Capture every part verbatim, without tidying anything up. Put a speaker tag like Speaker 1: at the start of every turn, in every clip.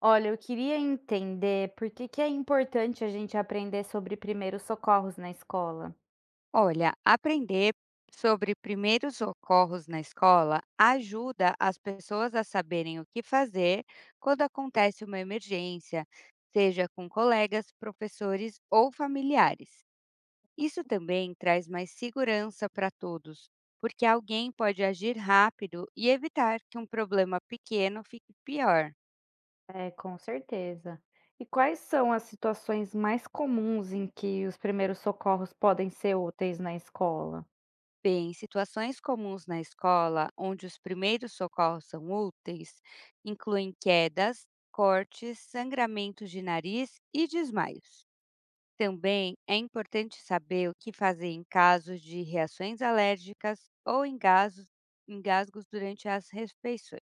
Speaker 1: Olha, eu queria entender por que que é importante a gente aprender sobre primeiros socorros na escola.
Speaker 2: Olha, aprender sobre primeiros socorros na escola ajuda as pessoas a saberem o que fazer quando acontece uma emergência, seja com colegas, professores ou familiares. Isso também traz mais segurança para todos, porque alguém pode agir rápido e evitar que um problema pequeno fique pior.
Speaker 1: É, com certeza. E quais são as situações mais comuns em que os primeiros socorros podem ser úteis na escola?
Speaker 2: Bem, situações comuns na escola, onde os primeiros socorros são úteis, incluem quedas, cortes, sangramentos de nariz e desmaios. Também é importante saber o que fazer em casos de reações alérgicas ou engasgos, engasgos durante as refeições.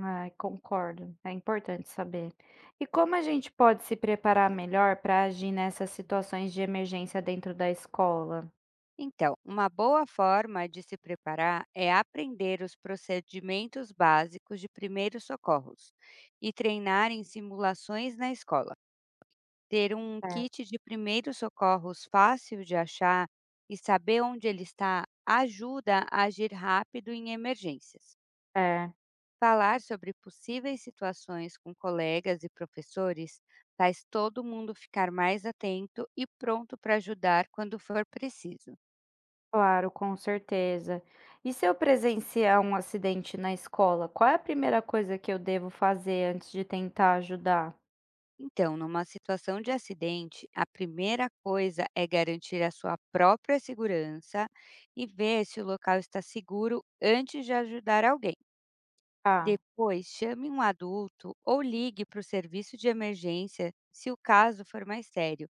Speaker 1: Ai, concordo. É importante saber. E como a gente pode se preparar melhor para agir nessas situações de emergência dentro da escola?
Speaker 2: Então, uma boa forma de se preparar é aprender os procedimentos básicos de primeiros socorros e treinar em simulações na escola. Ter um
Speaker 1: É.
Speaker 2: kit de primeiros socorros fácil de achar e saber onde ele está ajuda a agir rápido em emergências.
Speaker 1: É.
Speaker 2: Falar sobre possíveis situações com colegas e professores faz todo mundo ficar mais atento e pronto para ajudar quando for preciso.
Speaker 1: Claro, com certeza. E se eu presenciar um acidente na escola, qual é a primeira coisa que eu devo fazer antes de tentar ajudar?
Speaker 2: Então, numa situação de acidente, a primeira coisa é garantir a sua própria segurança e ver se o local está seguro antes de ajudar alguém.
Speaker 1: Tá,
Speaker 2: Depois, chame um adulto ou ligue para o serviço de emergência se o caso for mais sério.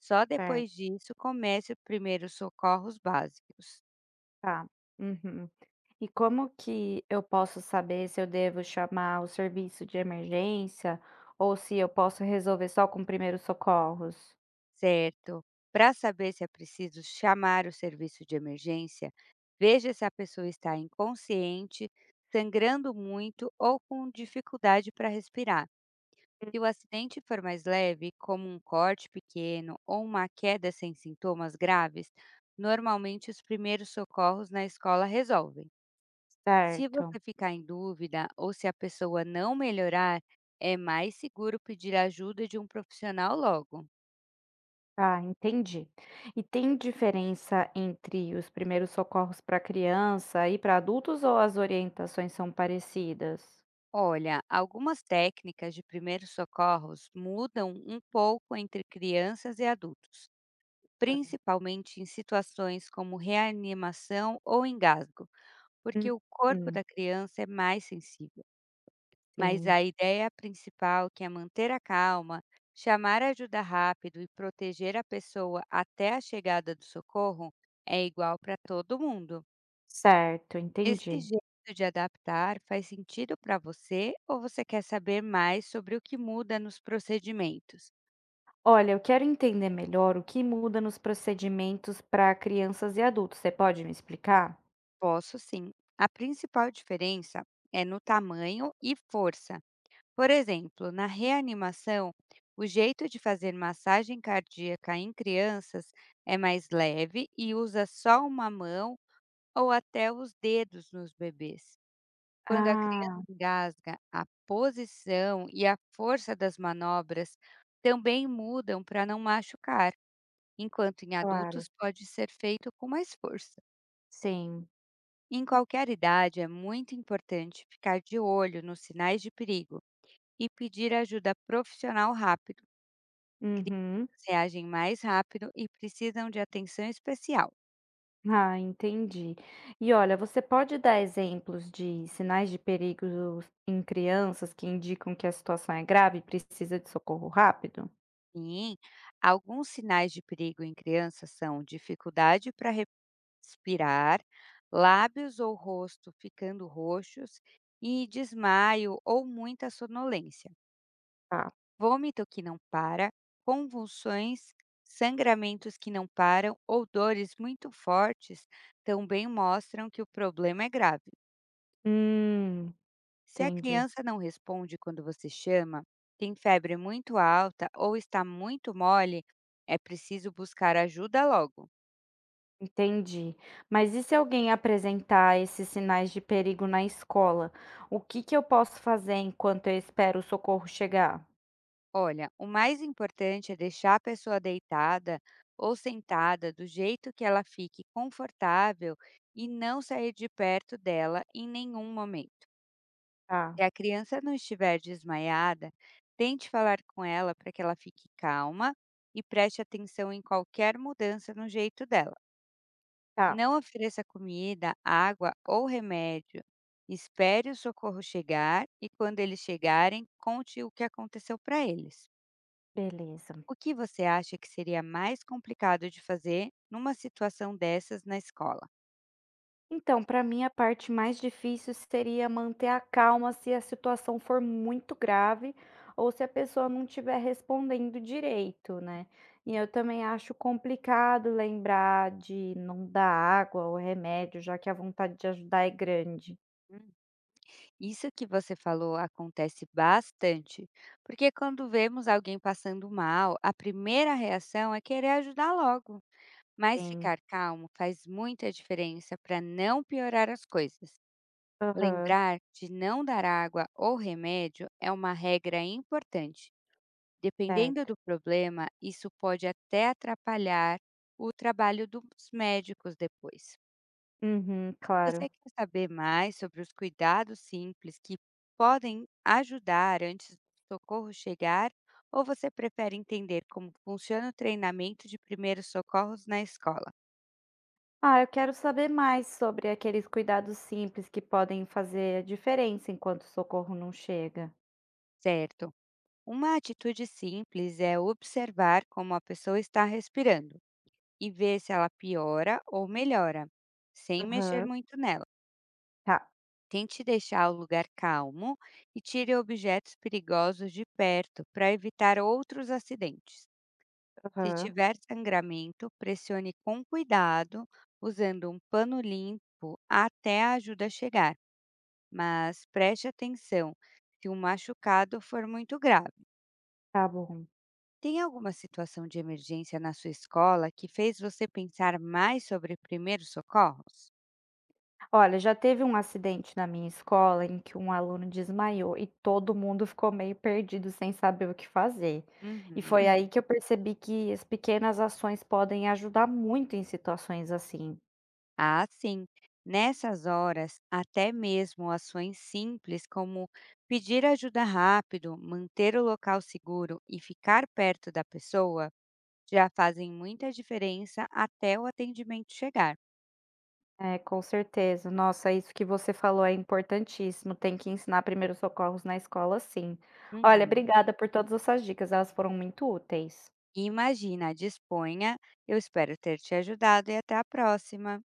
Speaker 2: Só
Speaker 1: certo,
Speaker 2: depois disso, comece os primeiros socorros básicos.
Speaker 1: tá. Uhum. E como que eu posso saber se eu devo chamar o serviço de emergência ou se eu posso resolver só com primeiros socorros?
Speaker 2: Certo. Para saber se é preciso chamar o serviço de emergência, veja se a pessoa está inconsciente, sangrando muito ou com dificuldade para respirar.
Speaker 1: Hum.
Speaker 2: Se o acidente for mais leve, como um corte pequeno ou uma queda sem sintomas graves, normalmente os primeiros socorros na escola resolvem. Se
Speaker 1: Certo.
Speaker 2: você ficar em dúvida ou se a pessoa não melhorar, é mais seguro pedir ajuda de um profissional logo.
Speaker 1: Ah, entendi. E tem diferença entre os primeiros socorros para criança e para adultos ou as orientações são parecidas?
Speaker 2: Olha, algumas técnicas de primeiros socorros mudam um pouco entre crianças e adultos, principalmente em situações como reanimação ou engasgo. Porque
Speaker 1: Hum,
Speaker 2: o corpo
Speaker 1: hum,
Speaker 2: da criança é mais sensível, mas
Speaker 1: sim,
Speaker 2: a ideia principal, que é manter a calma, chamar ajuda rápido e proteger a pessoa até a chegada do socorro, é igual para todo mundo.
Speaker 1: certo,
Speaker 2: Esse
Speaker 1: entendi.
Speaker 2: jeito de adaptar faz sentido para você ou você quer saber mais sobre o que muda nos procedimentos?
Speaker 1: Olha, eu quero entender melhor o que muda nos procedimentos para crianças e adultos. Você pode me explicar?
Speaker 2: Posso sim. A principal diferença é no tamanho e força. Por exemplo, na reanimação, o jeito de fazer massagem cardíaca em crianças é mais leve e usa só uma mão ou até os dedos nos bebês. Quando a criança
Speaker 1: Ah,
Speaker 2: engasga, a posição e a força das manobras também mudam para não machucar, enquanto em
Speaker 1: claro,
Speaker 2: adultos pode ser feito com mais força.
Speaker 1: sim.
Speaker 2: Em qualquer idade, é muito importante ficar de olho nos sinais de perigo e pedir ajuda profissional rápido. Crianças
Speaker 1: Uhum.
Speaker 2: reagem mais rápido e precisam de atenção especial.
Speaker 1: Ah, entendi. E olha, você pode dar exemplos de sinais de perigo em crianças que indicam que a situação é grave e precisa de socorro rápido?
Speaker 2: Sim, alguns sinais de perigo em crianças são dificuldade para respirar, lábios ou rosto ficando roxos e desmaio ou muita sonolência,
Speaker 1: Tá.
Speaker 2: vômito que não para, convulsões, sangramentos que não param ou dores muito fortes também mostram que o problema é grave.
Speaker 1: Hum,
Speaker 2: Se a
Speaker 1: entendi.
Speaker 2: criança não responde quando você chama, tem febre muito alta ou está muito mole, é preciso buscar ajuda logo.
Speaker 1: Entendi. Mas e se alguém apresentar esses sinais de perigo na escola? O que que eu posso fazer enquanto eu espero o socorro chegar?
Speaker 2: Olha, o mais importante é deixar a pessoa deitada ou sentada do jeito que ela fique confortável e não sair de perto dela em nenhum momento.
Speaker 1: Tá,
Speaker 2: Se a criança não estiver desmaiada, tente falar com ela para que ela fique calma e preste atenção em qualquer mudança no jeito dela.
Speaker 1: tá,
Speaker 2: Não ofereça comida, água ou remédio. Espere o socorro chegar e, quando eles chegarem, conte o que aconteceu para eles.
Speaker 1: beleza.
Speaker 2: O que você acha que seria mais complicado de fazer numa situação dessas na escola?
Speaker 1: Então, para mim, a parte mais difícil seria manter a calma se a situação for muito grave ou se a pessoa não estiver respondendo direito, né? E eu também acho complicado lembrar de não dar água ou remédio, já que a vontade de ajudar é grande.
Speaker 2: Hum, Isso que você falou acontece bastante, porque quando vemos alguém passando mal, a primeira reação é querer ajudar logo, mas
Speaker 1: Sim.
Speaker 2: ficar calmo faz muita diferença para não piorar as coisas.
Speaker 1: Aham,
Speaker 2: Lembrar de não dar água ou remédio é uma regra importante. Dependendo
Speaker 1: certo.
Speaker 2: do problema, isso pode até atrapalhar o trabalho dos médicos depois.
Speaker 1: Uhum, claro.
Speaker 2: Você quer saber mais sobre os cuidados simples que podem ajudar antes do socorro chegar? Ou você prefere entender como funciona o treinamento de primeiros socorros na escola?
Speaker 1: Ah, eu quero saber mais sobre aqueles cuidados simples que podem fazer a diferença enquanto o socorro não chega.
Speaker 2: Certo. Uma atitude simples é observar como a pessoa está respirando e ver se ela piora ou melhora, sem mexer
Speaker 1: Aham,
Speaker 2: muito nela.
Speaker 1: tá,
Speaker 2: Tente deixar o lugar calmo e tire objetos perigosos de perto para evitar outros acidentes. Se
Speaker 1: aham,
Speaker 2: tiver sangramento, pressione com cuidado, usando um pano limpo até a ajuda chegar, mas preste atenção se o machucado for muito grave.
Speaker 1: tá bom.
Speaker 2: Tem alguma situação de emergência na sua escola que fez você pensar mais sobre primeiros socorros?
Speaker 1: Olha, já teve um acidente na minha escola em que um aluno desmaiou e todo mundo ficou meio perdido sem saber o que fazer. E foi
Speaker 2: Uhum.
Speaker 1: aí que eu percebi que as pequenas ações podem ajudar muito em situações assim.
Speaker 2: Ah, sim. Nessas horas, até mesmo ações simples como pedir ajuda rápido, manter o local seguro e ficar perto da pessoa já fazem muita diferença até o atendimento chegar.
Speaker 1: É, com certeza. Nossa, isso que você falou é importantíssimo. Tem que ensinar primeiros socorros na escola, sim. Olha,
Speaker 2: Uhum.
Speaker 1: obrigada por todas essas dicas, elas foram muito úteis.
Speaker 2: Imagina, disponha, eu espero ter te ajudado e até a próxima.